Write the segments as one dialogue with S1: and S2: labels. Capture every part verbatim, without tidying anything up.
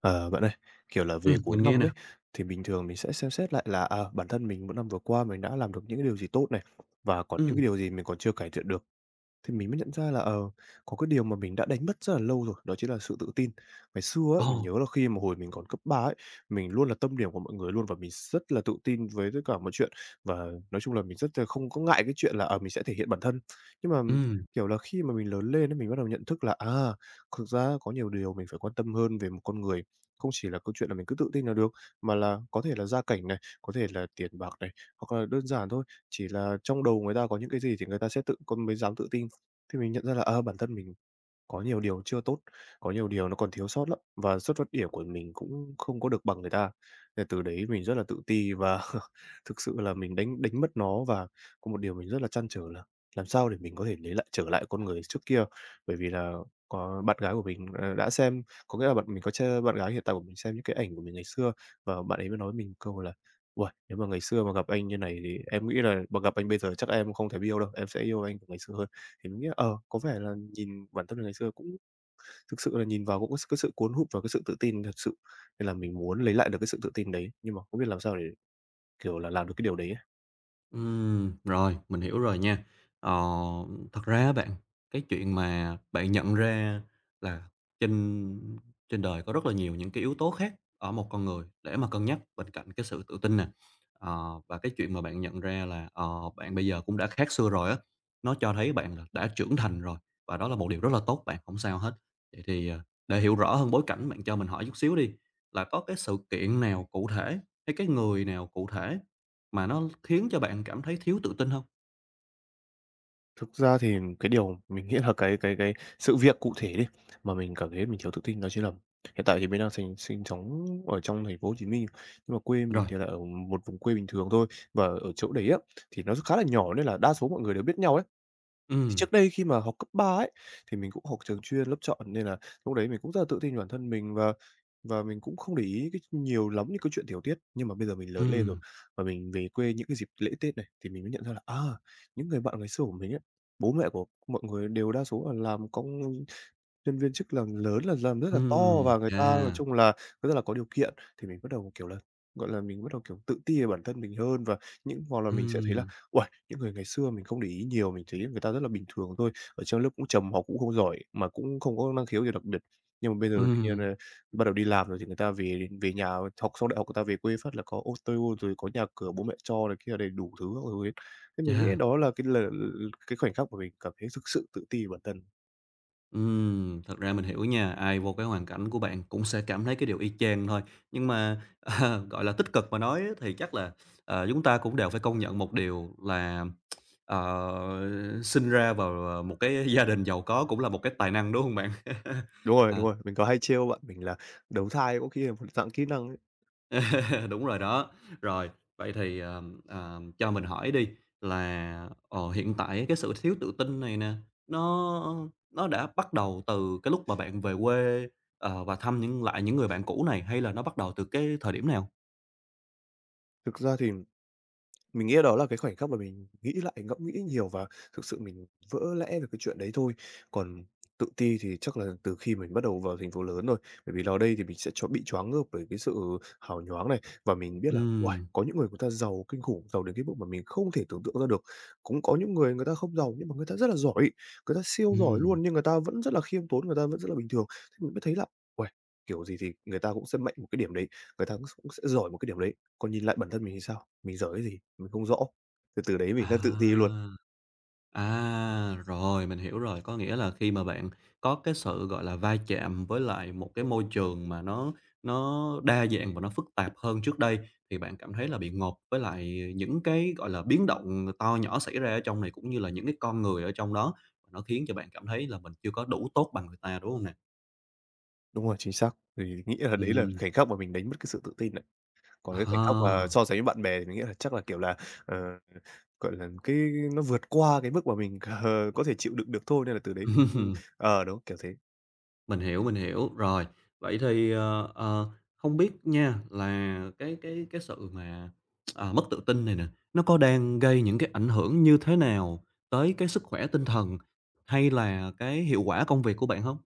S1: Ờ, Bạn ơi, kiểu là, về
S2: Ừm,
S1: cuối
S2: mình nghe
S1: năm
S2: nè.
S1: ấy, thì bình thường mình sẽ xem xét lại là, à, bản thân mình một năm vừa qua mình đã làm được những cái điều gì tốt này, và còn những cái
S2: Ừm.
S1: điều gì mình còn chưa cải thiện được. Thì mình mới nhận ra là, ờ, có cái điều mà mình đã đánh mất rất là lâu rồi, đó chính là sự tự tin. Ngày xưa ấy, mình
S2: Ồ.
S1: nhớ là khi mà hồi mình còn cấp ba ấy, mình luôn là tâm điểm của mọi người luôn và mình rất là tự tin với tất cả mọi chuyện và nói chung là mình rất là không có ngại cái chuyện là, ờ, mình sẽ thể hiện bản thân. Nhưng mà,
S2: Ừm.
S1: kiểu là, khi mà mình lớn lên ấy, mình bắt đầu nhận thức là, à, thực ra có nhiều điều mình phải quan tâm hơn về một con người, không chỉ là câu chuyện là mình cứ tự tin là được, mà là có thể là gia cảnh này, có thể là tiền bạc này, hoặc là đơn giản thôi, chỉ là trong đầu người ta có những cái gì thì người ta sẽ tự con mới dám tự tin. Thì mình nhận ra là, à, bản thân mình có nhiều điều chưa tốt, có nhiều điều nó còn thiếu sót lắm, và xuất phát điểm của mình cũng không có được bằng người ta. Thì từ đấy mình rất là tự ti và thực sự là mình đánh đánh mất nó và có một điều mình rất là trăn trở là làm sao để mình có thể lấy lại trở lại con người trước kia. Bởi vì là có bạn gái của mình, ờ, đã xem có nghĩa là bạn mình có ch bạn gái hiện tại của mình xem những cái ảnh của mình ngày xưa và bạn ấy mới nói mình câu là "Uầy, nếu mà ngày xưa mà gặp anh như này thì em nghĩ là mà gặp anh bây giờ chắc em không thể yêu đâu, em sẽ yêu anh của ngày xưa hơn." Thì mình nghĩ là, ờ, có vẻ là nhìn bản thân ngày xưa cũng thực sự là nhìn vào cũng có s cái sự cuốn hút và cái sự tự tin thật sự, nên là mình muốn lấy lại được cái sự tự tin đấy, nhưng mà không biết làm sao để, kiểu là, làm được cái điều đấy ấy.
S2: Ừm, rồi, mình hiểu rồi nha. Ờ, thật ra á bạn, cái chuyện mà bạn nhận ra là trên trên đời có rất là nhiều những cái yếu tố khác ở một con người để mà cân nhắc bên cạnh cái sự tự tin nè. Ờ, và cái chuyện mà bạn nhận ra là, ờ, bạn bây giờ cũng đã khác xưa rồi á, nó cho thấy bạn là đã trưởng thành rồi, và đó là một điều rất là tốt bạn, không sao hết. Vậy thì, ờ, để hiểu rõ hơn bối cảnh, bạn cho mình hỏi chút xíu đi, là có cái sự kiện nào cụ thể, hay cái người nào cụ thể mà nó khiến cho bạn cảm thấy thiếu tự tin không?
S1: Thực ra thì cái điều mình nghĩ là cái cái cái sự việc cụ thể đi, mà mình cảm thấy mình thiếu tự tin đó chính là hiện tại thì mình đang sinh sinh sống ở trong thành phố Hồ Chí Minh, nhưng mà quê
S2: Rồi.
S1: mình thì là ở một vùng quê bình thường thôi. Và ở chỗ đấy á, thì nó khá là nhỏ nên là đa số mọi người đều biết nhau ấy. Thì
S2: Ừm.
S1: trước đây khi mà học cấp ba ấy, thì mình cũng học trường chuyên, lớp chọn nên là lúc đấy mình cũng rất là tự tin về bản thân mình và và mình cũng không để ý cái nhiều lắm những cái chuyện tiểu tiết. Nhưng mà bây giờ mình lớn lên rồi
S2: Ừm.
S1: và mình về quê những cái dịp lễ Tết này thì mình mới nhận ra là, à, những người bạn ngày xưa của mình ấy, bố mẹ của mọi người đều đa số là làm công nhân viên chức, làm lớn là làm rất là to
S2: Ừm.
S1: và người ta
S2: Chà.
S1: nói chung là rất là có điều kiện, thì mình bắt đầu, kiểu là, gọi là, mình bắt đầu, kiểu, tự ti về bản thân mình hơn và những hoặc là mình sẽ thấy
S2: Ừm.
S1: là "Uầy, những người ngày xưa mình không để ý nhiều, mình thấy người ta rất là bình thường thôi, ở trong lớp cũng trầm, học cũng không giỏi, mà cũng không có năng khiếu gì đặc biệt." Nhưng mà bây giờ tự nhiên,
S2: Ừm.
S1: ơ, bắt đầu đi làm rồi thì người ta về về nhà học xong đại học người ta về quê phát là có ô tô, rồi có nhà cửa bố mẹ cho này kia đầy đủ thứ các thứ ấy. Thế mình nghĩ
S2: Chà.
S1: đó là cái là cái khoảnh khắc mà mình cảm thấy thực sự tự ti về bản thân.
S2: Ừm, thật ra mình hiểu nha, ai vô cái hoàn cảnh của bạn cũng sẽ cảm thấy cái điều y chang thôi. Nhưng mà, ờ, gọi là, tích cực mà nói á thì chắc là, ờ, chúng ta cũng đều phải công nhận một điều là, ờ, sinh ra vào, ờ, một cái gia đình giàu có cũng là một cái tài năng, đúng hông bạn?
S1: Đúng rồi, đúng
S2: Ờ.
S1: rồi, mình có hay trêu bạn mình là đấu thai có khi là một dạng kỹ năng ấy.
S2: Đúng rồi đó. Rồi, vậy thì, ờm, ờm, cho mình hỏi đi là, ờ, hiện tại cái sự thiếu tự tin này nè, nó nó đã bắt đầu từ cái lúc mà bạn về quê, ờ, và thăm những lại những người bạn cũ này, hay là nó bắt đầu từ cái thời điểm nào?
S1: Thực ra thì mình nghĩ đó là cái khoảnh khắc mà mình nghĩ lại, ngẫm nghĩ nhiều và thực sự mình vỡ lẽ về cái chuyện đấy thôi. Còn tự ti thì chắc là từ khi mình bắt đầu vào thành phố lớn rồi, bởi vì vào đây thì mình sẽ cho bị choáng ngợp bởi cái sự hào nhoáng này, và mình biết là, uầy,
S2: Ừm.
S1: có những người người ta giàu kinh khủng, giàu đến cái mức mà mình không thể tưởng tượng ra được. Cũng có những người người ta không giàu nhưng mà người ta rất là giỏi, người ta siêu giỏi
S2: Ừm.
S1: luôn nhưng người ta vẫn rất là khiêm tốn, người ta vẫn rất là bình thường. Thế mình mới thấy là, uầy, kiểu gì thì người ta cũng sẽ mạnh một cái điểm đấy, người ta cũng cũng sẽ giỏi một cái điểm đấy. Còn nhìn lại bản thân mình thì sao? Mình giỏi cái gì? Mình không rõ. Từ từ đấy mình
S2: À.
S1: đã tự ti luôn.
S2: À, rồi, mình hiểu rồi. Có nghĩa là khi mà bạn có cái sự, gọi là, va chạm với lại một cái môi trường mà nó nó đa dạng và nó phức tạp hơn trước đây, thì bạn cảm thấy là bị ngộp với lại những cái, gọi là, biến động to nhỏ xảy ra ở trong này, cũng như là những cái con người ở trong đó, và nó khiến cho bạn cảm thấy là mình chưa có đủ tốt bằng người ta, đúng không nè?
S1: Đúng rồi, chính xác. Thì nghĩ là đấy là
S2: Ừm.
S1: khoảnh khắc mà mình đánh mất cái sự tự tin này. Còn cái khoảnh khắc
S2: À.
S1: mà so sánh với bạn bè thì mình nghĩ là chắc là, kiểu là, ờ, gọi là, cái nó vượt qua cái mức mà mình, ờ, có thể chịu đựng được thôi, nên là từ đấy mình cũng ờ, đúng, kiểu thế.
S2: Mình hiểu, mình hiểu. Rồi, vậy thì, ờ, ờ, không biết nha là cái cái cái sự mà, à, mất tự tin này nè, nó có đang gây những cái ảnh hưởng như thế nào tới cái sức khỏe tinh thần hay là cái hiệu quả công việc của bạn không.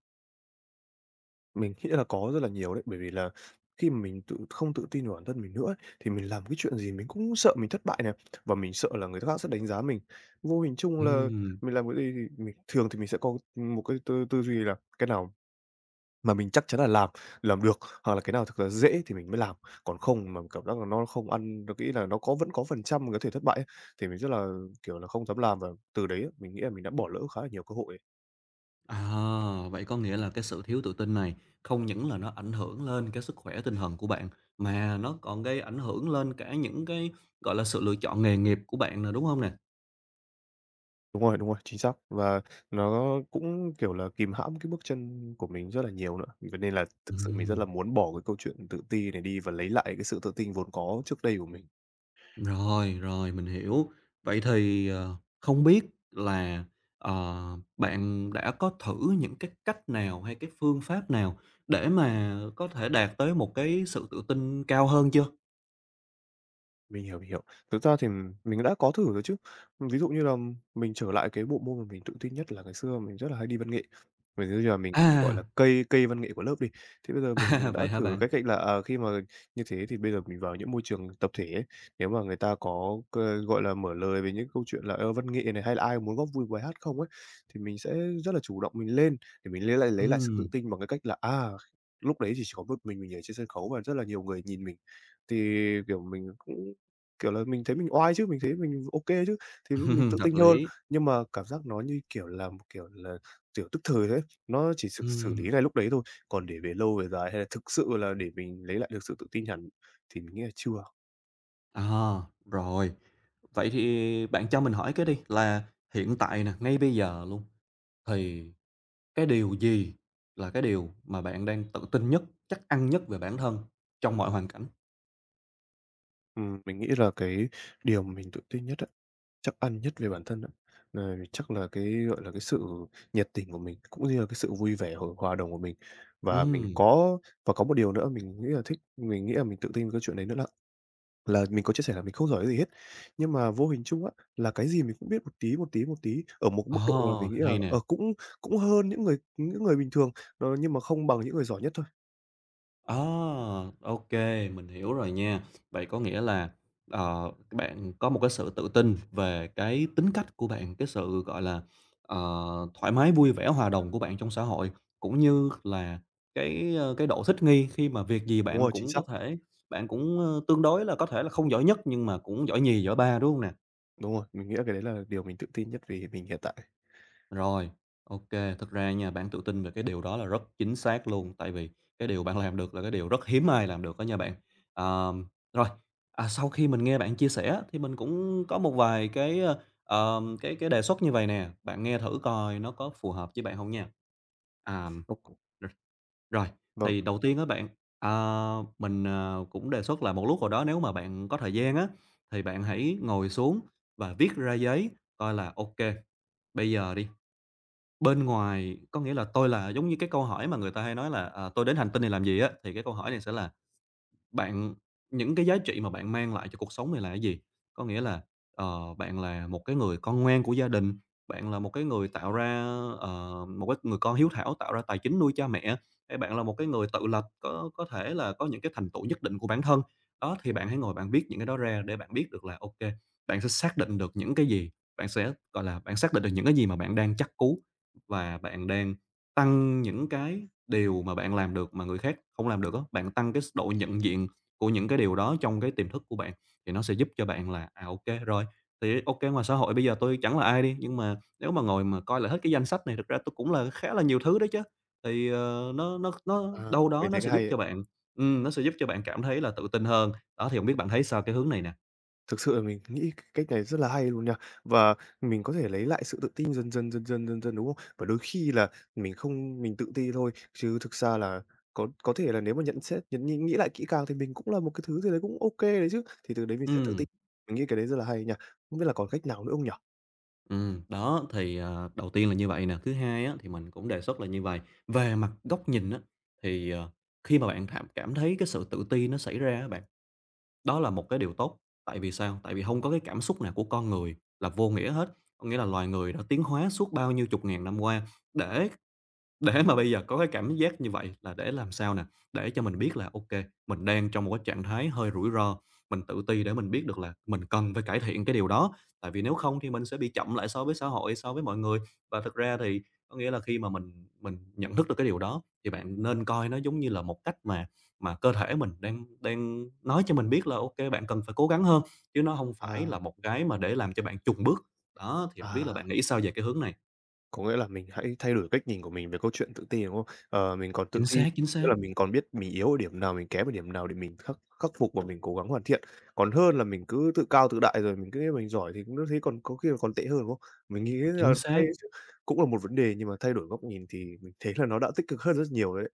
S1: Mình nghĩ là có rất là nhiều đấy, bởi vì là khi mà mình tự không tự tin vào bản thân mình nữa ấy, thì mình làm cái chuyện gì mình cũng sợ mình thất bại này, và mình sợ là người khác sẽ đánh giá mình. Vô hình chung là
S2: Ừm.
S1: mình làm cái gì thì mình thường thì mình sẽ có một cái tư tư duy là cái nào mà mình chắc chắn là làm, làm được, hoặc là cái nào thực là dễ thì mình mới làm, còn không mà cảm giác là nó không ăn nó nghĩ là nó có vẫn có phần trăm có thể thất bại ấy, thì mình rất là, kiểu là, không dám làm và từ đấy á, mình nghĩ là mình đã bỏ lỡ khá là nhiều cơ hội.
S2: À, vậy có nghĩa là cái sự thiếu tự tin này không những là nó ảnh hưởng lên cái sức khỏe tinh thần của bạn, mà nó còn gây ảnh hưởng lên cả những cái, gọi là, sự lựa chọn nghề nghiệp của bạn nè, đúng không nè?
S1: Đúng rồi, đúng rồi, chính xác. Và nó cũng, kiểu là, kìm hãm cái bước chân của mình rất là nhiều nữa. Vì vậy nên là thực sự mình rất là
S2: Ừm.
S1: muốn bỏ cái câu chuyện tự ti này đi và lấy lại cái sự tự tin vốn có trước đây của mình.
S2: Rồi, rồi, mình hiểu. Vậy thì, ờ, không biết là, ờ, bạn đã có thử những cái cách nào hay cái phương pháp nào để mà có thể đạt tới một cái sự tự tin cao hơn chưa?
S1: Mình hiểu, mình hiểu. Thực ra thì mình đã có thử rồi chứ. Ví dụ như là mình trở lại cái bộ môn mà mình tự tin nhất là ngày xưa mình rất là hay đi văn nghệ. Mình bây giờ mình có thể gọi
S2: À,
S1: là cây cây văn nghệ của lớp đi. Thế bây giờ
S2: à,
S1: mình đã
S2: vậy hả
S1: thử
S2: bạn?
S1: cái cách là, à, khi mà như thế thì bây giờ mình vào những môi trường tập thể ấy, nếu mà người ta có c gọi là, mở lời về những câu chuyện là, ơ, văn nghệ này, hay là ai muốn góp vui bài hát không ấy, thì mình sẽ rất là chủ động mình lên để mình lấy lại lấy lại sự tự
S2: Ừm,
S1: tin bằng cái cách là, à, lúc đấy thì chỉ có một mình mình ở trên sân khấu và rất là nhiều người nhìn mình. Thì, kiểu, mình cũng kiểu là, mình thấy mình oai chứ, mình thấy mình ok chứ, thì lúc mình tự
S2: Hợp
S1: tin hơn.
S2: lý.
S1: Nhưng mà cảm giác nó như, kiểu là, một kiểu là, kiểu, tức thời thế, nó chỉ xử xử lý
S2: Ừm.
S1: ngay lúc đấy thôi, còn để về lâu về dài hay là thực sự là để mình lấy lại được sự tự tin hẳn thì mình nghĩ là chưa.
S2: À, rồi. Vậy thì bạn cho mình hỏi cái đi, là hiện tại nè, ngay bây giờ luôn, thì cái điều gì là cái điều mà bạn đang tự tin nhất, chắc ăn nhất về bản thân trong mọi hoàn cảnh?
S1: Ừm, mình nghĩ là cái điều mà mình tự tin nhất á, trắc ăn nhất về bản thân á, là chắc là cái, gọi là, cái sự nhiệt tình của mình, cũng như là cái sự vui vẻ, h hòa đồng của mình. Và mình
S2: Ừm.
S1: có và có một điều nữa mình nghĩ là thích mình nghĩ là mình tự tin về cái chuyện đấy nữa là Là mình có chia sẻ là mình không giỏi cái gì hết, nhưng mà vô hình chung á, là cái gì mình cũng biết một tí, một tí, một tí, ở một mức độ là
S2: ờ,
S1: mình nghĩ là,
S2: hay nè.
S1: ờ, cũng cũng hơn những người những người bình thường, ờ, nhưng mà không bằng những người giỏi nhất thôi.
S2: Ờ, ok, mình hiểu rồi nha. Vậy có nghĩa là, ờ, bạn có một cái sự tự tin về cái tính cách của bạn, cái sự, gọi là, ờ, thoải mái, vui vẻ, hòa đồng của bạn trong xã hội, cũng như là cái, ơ, cái độ thích nghi khi mà việc gì
S1: Đúng
S2: bạn
S1: rồi, chính
S2: cũng
S1: xác,
S2: có thể bạn cũng, ơ, tương đối là có thể là không giỏi nhất nhưng mà cũng giỏi nhì, giỏi ba, đúng không nè?
S1: đúng rồi, mình nghĩ là cái đấy là điều mình tự tin nhất vì mình hiện tại.
S2: Rồi, ok. Thực ra nha, bạn tự tin về cái điều đó là rất chính xác luôn, tại vì cái điều bạn làm được là cái điều rất hiếm ai làm được đó nha bạn. Ờm, rồi, à, sau khi mình nghe bạn chia sẻ thì mình cũng có một vài cái, ơ, ờm, cái cái đề xuất như vậy nè, bạn nghe thử coi nó có phù hợp với bạn không nha. Àm,
S1: Ok.
S2: r rồi,
S1: Vâng.
S2: thì đầu tiên á bạn, à, mình, ờ, cũng đề xuất là một lúc nào đó nếu mà bạn có thời gian á, thì bạn hãy ngồi xuống và viết ra giấy coi là ok. Bây giờ đi, bên ngoài có nghĩa là tôi là giống như cái câu hỏi mà người ta hay nói là, à, "Tôi đến hành tinh này làm gì?" á, thì cái câu hỏi này sẽ là bạn những cái giá trị mà bạn mang lại cho cuộc sống này là cái gì? Có nghĩa là, ờ, bạn là một cái người con ngoan của gia đình, bạn là một cái người tạo ra, ờ, một cái người con hiếu thảo tạo ra tài chính nuôi cha mẹ, hay bạn là một cái người tự lập có có thể là có những cái thành tựu nhất định của bản thân? Đó, thì bạn hãy ngồi bạn viết những cái đó ra để bạn biết được là, ok bạn sẽ xác định được những cái gì, bạn sẽ, gọi là, bạn xác định được những cái gì mà bạn đang chắc cú và bạn đang tăng những cái điều mà bạn làm được mà người khác không làm được á, bạn tăng cái độ nhận diện của những cái điều đó trong cái tiềm thức của bạn, thì nó sẽ giúp cho bạn là, à, ô rồi, thì ok ngoài xã hội bây giờ tôi chẳng là ai đi, nhưng mà nếu mà ngồi mà coi lại hết cái danh sách này, thực ra tôi cũng là khá là nhiều thứ đấy chứ. Thì, ờ, nó nó nó
S1: À.
S2: đâu đó
S1: Mình
S2: nó
S1: thấy
S2: sẽ
S1: cái
S2: giúp
S1: hay
S2: cho
S1: ấy.
S2: bạn ừm, nó sẽ giúp cho bạn cảm thấy là tự tin hơn. Đó, thì không biết bạn thấy sao cái hướng này nè?
S1: Thực sự là mình nghĩ c cách này rất là hay luôn nha. Và mình có thể lấy lại sự tự tin dần dần, dần dần, dần dần, đúng không? Và đôi khi là mình không mình tự ti thôi, chứ thực ra là có có thể là nếu mà nhận xét nhận nghĩ nghĩ lại kỹ càng thì mình cũng là một cái thứ gì đấy cũng ok đấy chứ, thì từ đấy mình sẽ tự tin.
S2: Ừm.
S1: Mình nghĩ cái đấy rất là hay nha. Không biết là còn cách nào nữa không nhỉ?
S2: Ừm, đó, thì, ờ, đầu tiên là như vậy nè. Thứ hai á, thì mình cũng đề xuất là như vậy về mặt góc nhìn á, thì, ờ, khi mà bạn thảm cảm thấy cái sự tự ti nó xảy ra á bạn, đó là một cái điều tốt. Tại vì sao? Tại vì không có cái cảm xúc nào của con người là vô nghĩa hết. Có nghĩa là loài người đã tiến hóa suốt bao nhiêu chục ngàn năm qua để để mà bây giờ có cái cảm giác như vậy là để làm sao nè? Để cho mình biết là, ok mình đang trong một cái trạng thái hơi rủi ro, mình tự ti để mình biết được là mình cần phải cải thiện cái điều đó, tại vì nếu không thì mình sẽ bị chậm lại so với xã hội, so với mọi người. Và thực ra thì có nghĩa là khi mà mình mình nhận thức được cái điều đó thì bạn nên coi nó giống như là một cách mà mà cơ thể mình đang đang nói cho mình biết là ok bạn cần phải cố gắng hơn, chứ nó không phải
S1: À,
S2: là một cái mà để làm cho bạn chùn bước. Đó, thì không biết
S1: à.
S2: là bạn nghĩ sao về cái hướng này?
S1: Có nghĩa là mình hãy thay đổi cách nhìn của mình về câu chuyện tự ti, đúng không? Ờ, mình còn tự
S2: Chính
S1: ti,
S2: xác, chính
S1: nghĩa
S2: xác,
S1: là mình còn biết mình yếu ở điểm nào, mình kém ở điểm nào để mình khắc khắc phục và mình cố gắng hoàn thiện. Còn hơn là mình cứ tự cao tự đại rồi mình cứ nghĩ mình giỏi thì cũng thế còn có khi là còn tệ hơn, đúng không? Mình nghĩ là
S2: chính xác.
S1: thay cũng là một vấn đề nhưng mà thay đổi góc nhìn thì mình thấy là nó đã tích cực hơn rất nhiều đấy.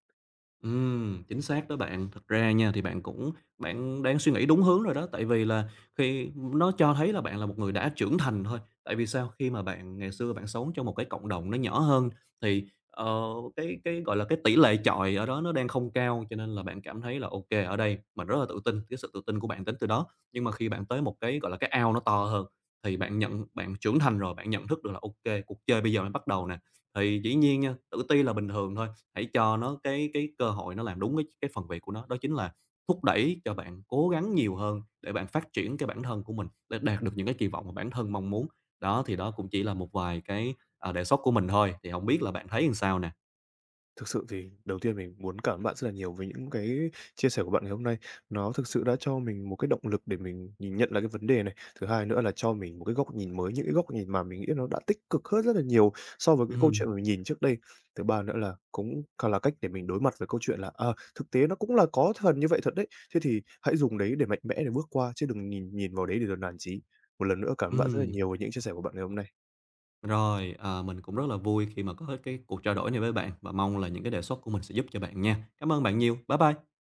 S2: Ừm, chính xác đó bạn. Thật ra nha, thì bạn cũng bạn đang suy nghĩ đúng hướng rồi đó, tại vì là khi nó cho thấy là bạn là một người đã trưởng thành thôi. Tại vì sao? Khi mà bạn ngày xưa bạn sống trong một cái cộng đồng nó nhỏ hơn thì, ờ, cái cái, gọi là, cái tỷ lệ chọi ở đó nó đang không cao, cho nên là bạn cảm thấy là ok ở đây mình rất là tự tin, cái sự tự tin của bạn đến từ đó. Nhưng mà khi bạn tới một cái, gọi là, cái ao nó to hơn thì bạn nhận bạn trưởng thành rồi, bạn nhận thức được là ok cuộc chơi bây giờ mới bắt đầu nè, thì dĩ nhiên nha, tự ti là bình thường thôi. Hãy cho nó cái cái cơ hội nó làm đúng cái cái phần việc của nó, đó chính là thúc đẩy cho bạn cố gắng nhiều hơn để bạn phát triển cái bản thân của mình, để đạt được những cái kỳ vọng mà bản thân mong muốn. Đó, thì đó cũng chỉ là một vài cái, à, đề xuất của mình thôi, thì không biết là bạn thấy làm sao nè?
S1: Thực sự thì đầu tiên mình muốn cảm ơn bạn rất là nhiều với những cái chia sẻ của bạn ngày hôm nay. Nó thực sự đã cho mình một cái động lực để mình nhìn nhận lại cái vấn đề này. Thứ hai nữa là cho mình một cái góc nhìn mới, những cái góc nhìn mà mình nghĩ nó đã tích cực hơn rất là nhiều so với cái câu chuyện
S2: Ừm,
S1: mà mình nhìn trước đây. Thứ ba nữa là cũng cả là cách để mình đối mặt với câu chuyện là à, thực tế nó cũng là có phần như vậy thật đấy. Thế thì hãy dùng đấy để mạnh mẽ để bước qua chứ đừng nhìn nhìn vào đấy để rồi nản chí. Một lần nữa cảm ơn bạn rất là
S2: ừm,
S1: nhiều với những chia sẻ của bạn ngày hôm nay.
S2: rồi, à, mình cũng rất là vui khi mà có cái cuộc trao đổi này với bạn và mong là những cái đề xuất của mình sẽ giúp cho bạn nha. Cảm ơn bạn nhiều. Bye bye.